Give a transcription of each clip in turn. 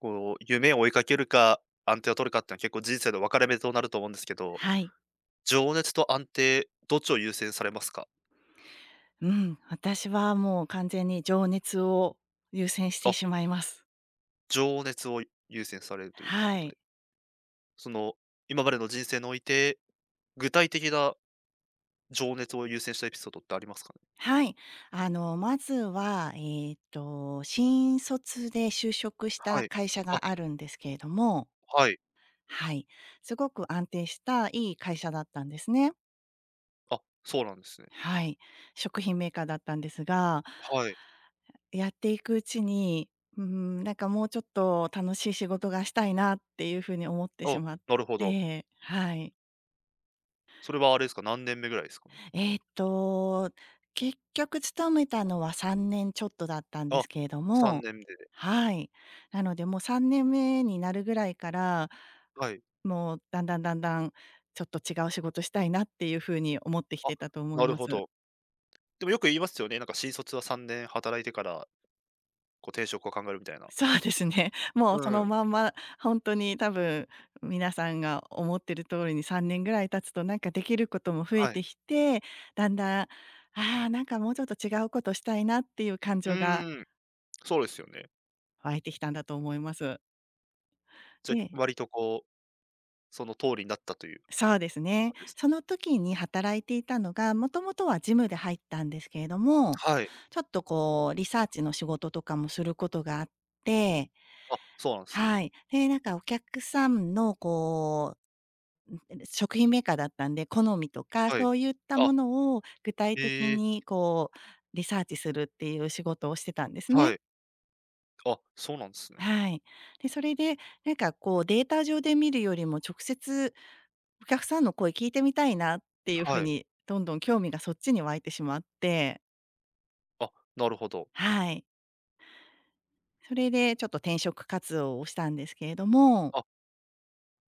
こう、夢を追いかけるか、安定を取るかってのは結構人生の分かれ目となると思うんですけど、はい。情熱と安定、どっちを優先されますか？うん、私はもう完全に情熱を優先してあ、しまいます。情熱を優先されるというはことい。で、その、今までの人生において、具体的な情熱を優先したエピソードってありますかね？はい。まずは、新卒で就職しはたい。会社あ、があるんですけれども、はい。はい。すごく安定したいい会社だったんですね。あ、そうなんですね。はい。食品メーカーだったんですが、はい。やっていくうちに、なんかもうちょっと楽しい仕事がしたいなっていう風に思ってしあ、まっなるほど。て、はい。それはあれですか、何年目ぐらいですかね？えーっと、結局勤めたのは3年ちょっとだったんであ、すけれど3も、年目で、はい。なのでもう3年目になるぐらいから、はい。もうだんだんだんだん、ちょっと違う仕事したいなっていう風に思ってきあ、てたと思いなるまほす。ど。でもよく言いますよね、なんか新卒は3年働いてからこう定食を考えるみたい な。そうですね。もううそのん。まんま、本当に多分皆さんが思ってる通りに3年ぐらい経つとなんかできることも増えはてい。きて、だんだん、ああー、なんかもうちょっと違うことしたいなっていう感う情がーん、そうですよね。湧いてきたんだと思います。じゃ、で割とこう、その通りになったというそうですね。感じですそね。の時に働いていたのが、もともとはジムで入ったんですけれども、はい。ちょっとこうリサーチの仕事とかもすることがあって、あ、そうなんですね。はい。で、なんかお客さんの食品メーカーだったんで、好みとかはそい。ういったもあ、のを具体的ええ、にこうリサーチするっていう仕事をしてたんですね。はい。あ、そうなんですね。はい。で、それで、なんかこうデータ上で見るよりも、直接お客さんの声聞いてみたいなっていう風はい。に、どんどん興味がそっちに湧いてしまってあ、なるほど。はい。それでちょっと転職活動をしたんですけれども、あ、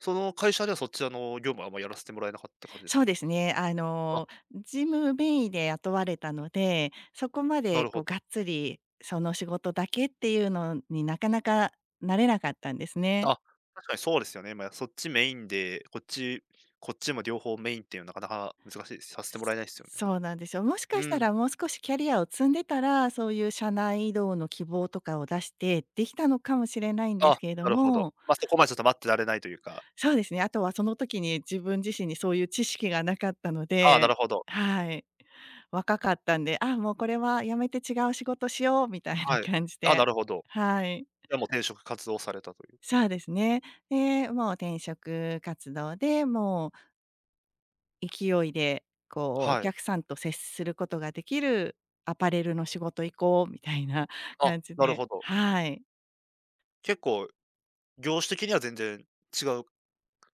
その会社ではそちらの業務はあんまやらせてもらえなかった感じですそかうね。ですね、あ、事務名義で雇われたので、そこまなでるこほうど。がっつり、その仕事だけっていうのになかなかなれなかったんですね。あ、確かにそうですよね。まあ、そっちメインで、こっちも両方メインっていうのはなかなか難しいです。させてもらえないですよね。そうなんですよ。もしうかしたん。らもう少しキャリアを積んでたら、そういう社内移動の希望とかを出してできたのかもしれないんですあ、けれどなるほど。も、ま、そこまでちょっと待ってられないというか。そうですね、あとはその時に自分自身にそういう知識がなかったのああ、なで、るほど。はい、若かったんで、あ、もうこれはやめて違う仕事しようみたいなはい。感じあ、で、なるほど。はい、じゃあ、もう転職活動されたという。そうですね。で、転職活動でもう勢いで、こう、おはい。客さんと接することができるアパレルの仕事行こうみたいな あ、感じなるでほど。はい。結構、業種的には全然違う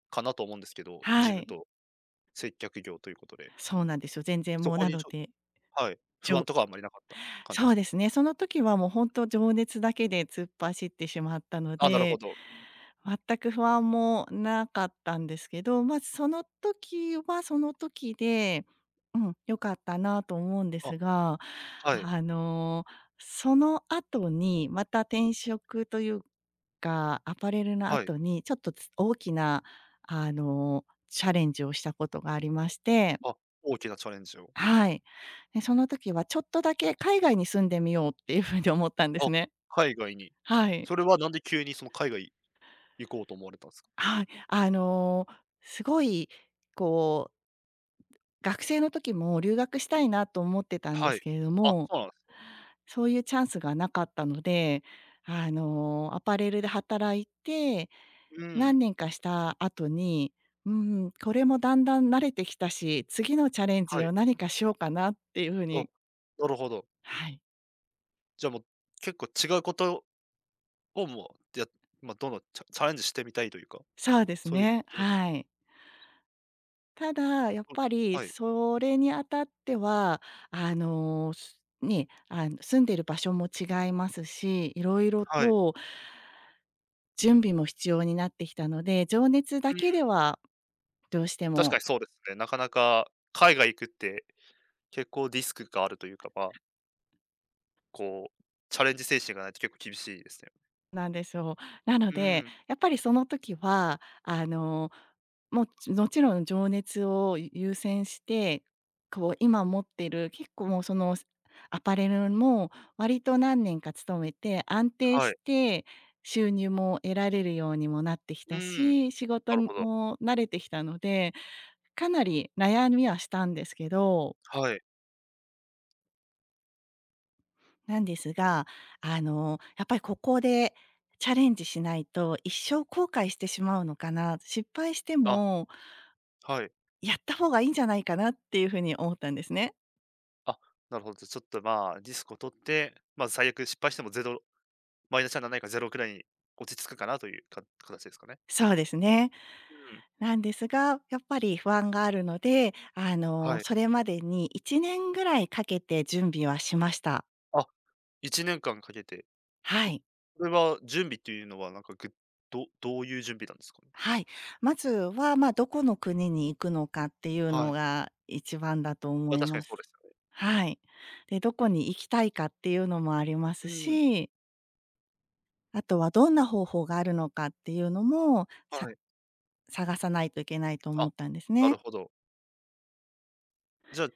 かなと思うんですけど、事は務い。と接客業ということで、そうなんですよ。全然そもうこなにのちょで、はい、じ不安ょとかはあんまりなかった感じでそうすか？ですね、その時はもうほんと情熱だけで突っ走ってしまったのあ、なるほで、ど。全く不安もなかったんですけど、ま、その時はその時でうん、良かったなと思うんであ、すが、はい、あの、その後にまた転職というか、アパレルのはい。後にちょっと大きな、チャレンジをしたことがありまして、あ、大きなチャレンジを。はい。で、その時はちょっとだけ海外に住んでみようっていう風に思ったんであ、すね。海外に。はい。それはなんで急にその海外行こうと思われたんですか？はい。すごいこう、学生の時も留学したいなと思ってたんではすい。けれどあ、もそうなんですね。そういうチャンスがなかったので、あの、アパレルで働いて、う何ん、年かした後に、うーこれもだんだん慣れてきたし、次のチャレンはジい。を何かしようかなっていう風あ、になるほど。はい、じゃあもう、結構違うことを、もう、やまあ、どんどんチャレンジしてみたいというか、そうですそういう感ね、じの。はい。ただ、やっうん、ぱりはい、それにあたっては、あの、すね、あの、住んでる場所も違いますし、色々はい。と準備も必要になってきたので、情熱だうけん、ではどうして確かもにそうですね。なかなか海外行くって結構リスクがあるというか、まあ、こう、チャレンジ精神がないと結構厳しいですね。なんですよ。なのうで、ん、やっぱりその時は、あの、もちろん情熱を優先して、こう今持ってる結構もうそのアパレルも割と何年か勤めて安定はしい。て収入も得られるようにもなってきうたん、し、仕事なるにほど。も慣れてきたので、かなり悩みはしたんですけどはい。なんですが、あの、やっぱりここでチャレンジしないと一生後悔してしまうのかな、失敗してあ、もはい。やった方がいいんじゃないかなっていうふうに思ったんですね。あ、なるほど。じゃ、ちょっと、まあ、リスクを取って、まあ、最悪失敗してもゼロマイナスにないかゼ0くらいに落ち着くかなというか形ですかね。そうですね。うん、なんですが、やっぱり不安があるので、あの、はい。それまでに1年ぐらいかけて準備はしました。あ、1年間かけてはい。それは準備っていうのは、どういう準備なんですかね？はい。まずは、まあ、どこの国に行くのかっていうはのい。が一番だと思あ、い確かにまそうす。ですよね。はい。で、どこに行きたいかっていうのもありますうん。し、あとはどんな方法があるのかっていうのも、はい。探さないといけないと思あ、ったんですなね。るほど。じゃあ、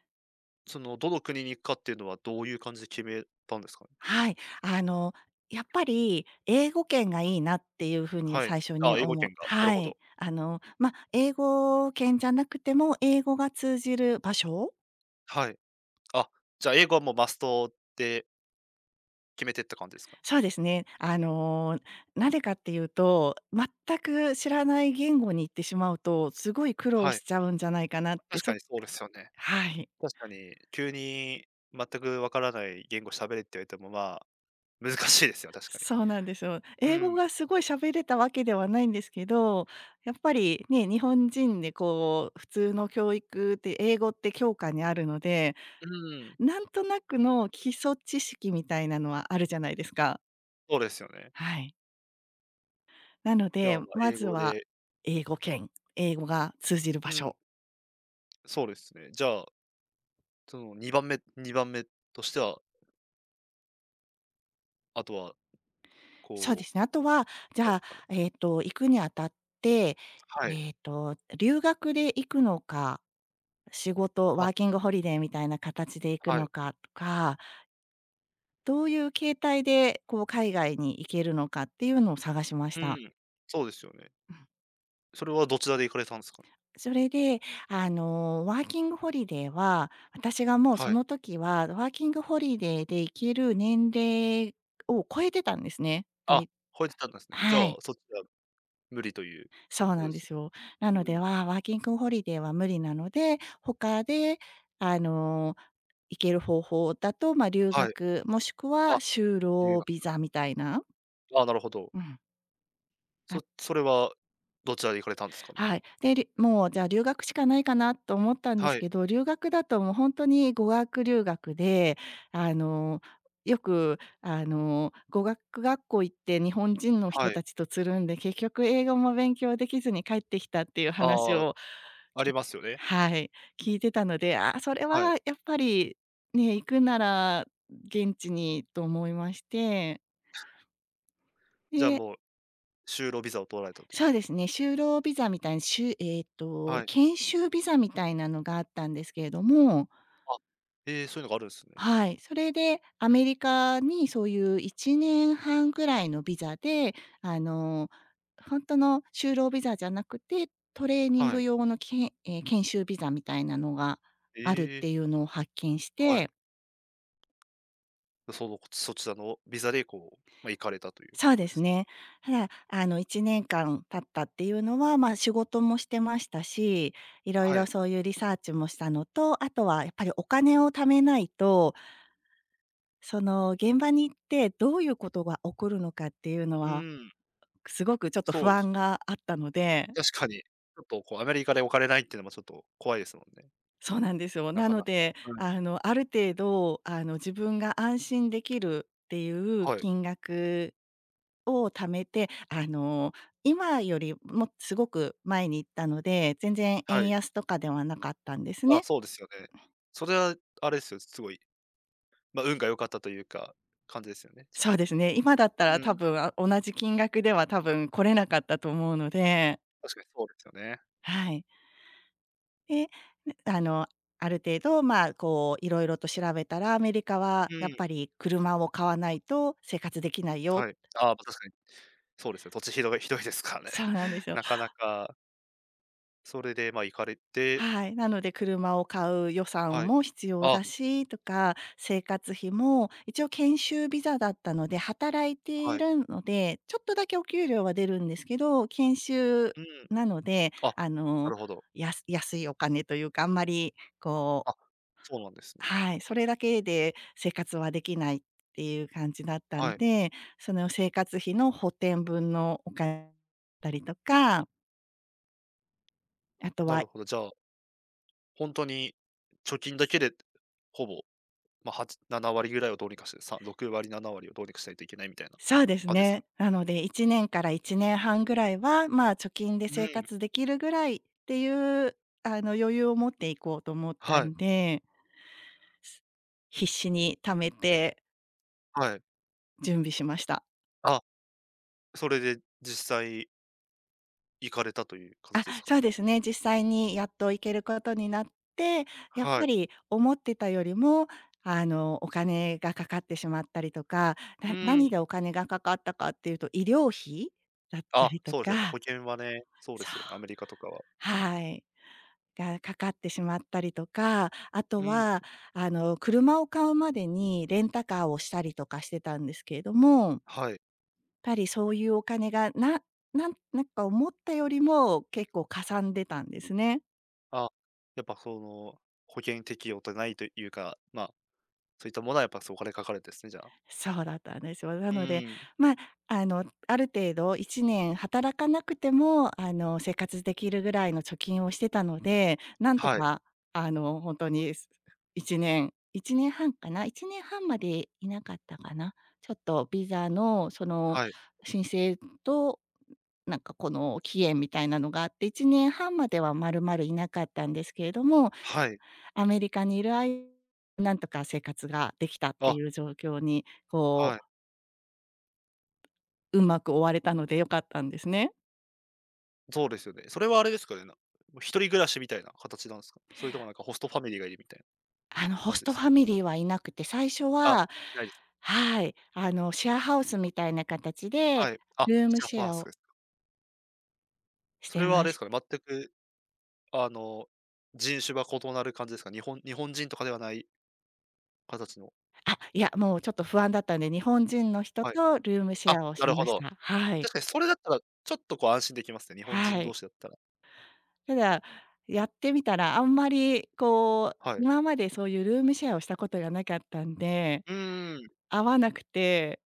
どの国に行くかっていうのはどういう感じで決めたんですかね？はい。あの、やっぱり英語圏がいいなっていうふうにはい。最初にあ、英語思う圏が、なるはほい。ど。あの、まあ、英語圏じゃなくても、英語が通じる場所はい。あ、じゃあ英語はもうマストで決めてった感じですかね？そうですね。あの、なぜかっていうと、全く知らない言語に行ってしまうと、すごい苦労はしい。ちゃうんじゃないかなって、確かにそうですよね。はい。確かに、急に全くわからない言語喋れって言われても、まあ、難しいですよ、確かに。そうなんですよ。う英語ん、がすごい喋れたわけではないんですけど、やっぱりね、日本人でこう、普通の教育って英語って教科にあるので、うん、なんとなくの基礎知識みたいなのはあるじゃないですか。そうですよね。はい。なのじゃで、あ、まあ、ま英ず語はで。英語圏、英語が通じる場うん。所そうですね。じゃあ、その2番目としては、あとは、そうでこすね。あとは、じう、なんゃであ、すかね、行くにあたって、はい。留学で行くのか、仕事、あ、ワーキングホリデーみたいな形で行くはのい。かとか、どういう形態で、こう、海外に行けるのかっていうのを探しましうた。ん。そうですよね。それはどちらで行かれたんですか？それで、あの、ワーキングホリデーは、私がもうそはい。の時は、ワーキングホリデーで行ける年齢を超えてたんですね。あ、ほえてたんですね。じゃはあ、い。そっちは無理というそうこなとんでです。すよ。なうので、ん。ワーキングホリデーは無理なので、他で、あの、行ける方法だと、まあ、留はい。学、もしくはあ、就理由労が、ビザみたいな、あ、なるほど。うん、それはどちらで行かれたんですかね？はい。で、もうじゃあ留学しかないかなと思ったんですはい、けど、留学だともうほんとに語学留学で、あの、よく語学学校行って日本人の人はい。たちとつるんで、結局英語も勉強できずに帰ってきたっていう話ああ、を、あきりますよね。はい、聞いてたので、ああ、それははい。やっぱりね、行くなら現地にと思いまして、じゃあ、でもう就労ビザを取られたという。そうですね、就労ビザみたいに、しゅえっと、はい。研修ビザみたいなのがあったんですけれども、あ、ええ、そういうのがあるんですね。はい、それでアメリカにそういう1年半ぐらいのビザで、あの、ほんとの就労ビザじゃなくて、トレーニンはグい。用のけんええ、研修ビザみたいなのがえあるっえ、ていうのを発見しはてい。その、そちらのビザでこう、まあ、行かれたというそうこでとですす。ね。ただ、あの、1年間経ったっていうのは、まあ、仕事もしてましたし、いろいはろい。そういうリサーチもしたのと、あとはやっぱりお金を貯めないと、その、現場に行ってどういうことが起こるのかっていうのうは、ーん。すごくちょっとそ不うです。安があったので確かに、ちょっとこうアメリカでお金ないっていうのもちょっと怖いですもんね。そうなんですよ。ななかのなか。で、うん、あの、ある程度、あの、自分が安心できるっていうはい。金額を貯めて、あの、今よりもすごく前に行ったので、全然は円い。安とかではなかったんですあ、ね。そうですよね。それはあれですよね、すごい、ま、運が良かったというか、感じですよね、じゃそあ。うですね、今だったらう多ん。分、あ、同じ金額では多分来れなかったと思うので、確かにそうですよね。はい。で、ねあの、ある程度、まあ、こう、いろいろと調べたら、アメリカはうやっん。ぱり車を買わないと生活できないよ。はい。ああ、ま、確かに。そうですね、土地ひどいですからね。そうなんで す。なかなか、それで、ま、行かれて。はい、なので車を買う予算はい。も必要あ、だしとか、生活費も一応研修ビザだったので、働いていはい。るので、ちょっとだけお給料は出るんですけど、研修うん。なので、あ、なるほど。安いお金というか、あんまりこう。あ、そうなんですね。はい、それだけで生活はできないっていう感じだったんはい。で、その生活費の補填分のお金だったりとか、あとなは。るほど。じゃあ、本当に貯金だけで、ほぼ、まあ、7割ぐらいをどうにかして、6割、7割をどうにかしないといけないみたいなそうです感じですかね。ね？なので1年から1年半ぐらいは、まあ、貯金でうん、生活できるぐらいっていう、余裕を持っていこうと思ったはんい、で、す必死に貯めてはい。準備しました。あ、それで実際行かれたというあ、形ですかそうね？ですね、実際にやっと行けることになって、やっはぱい。り思ってたよりも、お金がかかってしまったりとか、うなん。何でお金がかかったかっていうと、医療費だったあ、りとそうですねやっぱか、保険はね、そうでそう。すよね、アメリカとかは。はい。が、かかってしまったりとか、あとうん、は、車を買うまでにレンタカーをしたりとかしてたんですけれども、やはい。っぱりそういうお金が、なんか思ったよりも結構かさんでたんですね。あ、やっぱその、保険適用とないというか、まあ、そういったものはやっぱ、そう、お金かかるんですね、じゃあ。そうだったんですよ。なうので、ん、まあ、ある程度1年働かなくても、生活できるぐらいの貯金をしてたので、なんとはい、か、ほんとに、1年、1年半かな、1年半までいなかったかな。ちょっとビザのそのはい、申請と、なんかこの期限みたいなのがあって、1年半までは丸々いなかったんですけれども、はい。アメリカにいる間なんとか生活ができたってあ、いう状況に、こはい。ううまく終われたので良かったんですね。そうですよね。それはあれですかね、もう一人暮らしみたいな形なんですかね？それともなんかホストファミリーがいるみたいなホ感スじでトすフかァね？ミリーはいなくて、最初あ、は、いないです。はい、シェアハウスみたいな形はで、い。あ、ルームじゃあ、シフェァーアストをです。しそてれはあまれでし。すかね、全くあの、人種が異なる感じですか？日本人とかではない形の。あ、いや、もうちょっと不安だったんで、日本人の人はい。とルームシあ、ェアをなしるほましど。た。はい。確かにそれだったら、ちょっとこう安心できますね、日本人はい。同士だったら。ただ、やってみたら、あんまりこう、はい。今までそういうルームシェアをしたことがなかったんでうーん、合わなくて、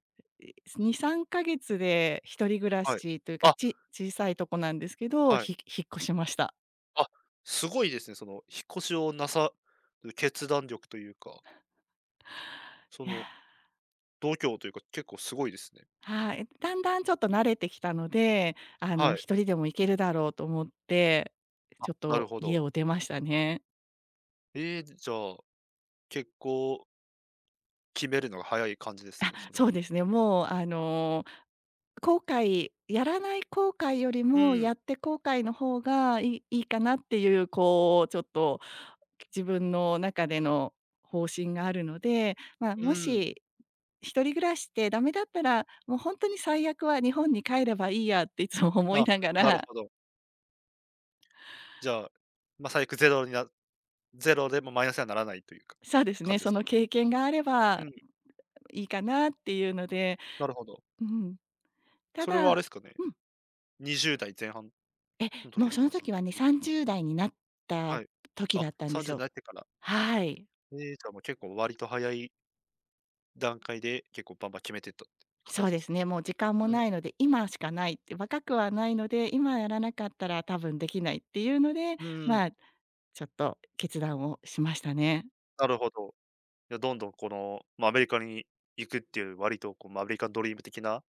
2、3ヶ月で一人暮らはい。しというか、あ、小さいとこなんですけど、はい。引っ越しました。あ、すごいですね、その引っ越しをなさる決断力というか、そいや、の度胸というか、結構すごいですね。はい。だんだんちょっと慣れてきたので、はい、1人でも行けるだろうと思って、ちょっなるとほ家ど。を出ましたね。ええ、じゃあ、結構決めるのが早い感じですあ、ね、それそうは。ですね、もうやらない後悔よりうも、ん、やって後悔の方がいいかなっていう、こう、ちょっと自分の中での方針があるので、まあ、うもん。し、一人暮らしってダメだったら、もう本当に最悪は日本に帰ればいいやっていつも思いあ、ながなるら。ほど。じゃあ、ま、最悪ゼロになゼロでもマイナスにはならないというか、そうです感ね、じでそすのか？経験があれうばん、いいかなっていうので、なるほど。うん。たそれはあだ。れすかね、うん。20代前半え、のも時うのその話で時すはか？ね、30代になったはい。時あ、だったんです30によ。なってから。はい。ええ、じゃあもう結構割と早い段階で、結構バンバン決めてったってそう形でですすか？ね、もう時間もうん、ないので、今しかないって、若くはないので、今やらなかったら多分できないっていうので、うん、まあ、ちょっと決断をしましたね。なるほど。いや、どんどんこの、まあ、アメリカに行くっていう割とこう、まあ、アメリカンドリーム的な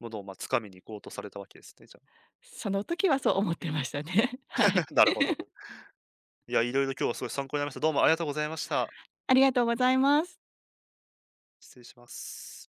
ものを、ま、掴みに行こうとされたわけですね、じゃあ。その時はそう思っうてん ましたね。はい。なるほど。いや、いろいろ今日はすごい参考になりました。どうもありがとうございました。ありがとうございます。失礼します。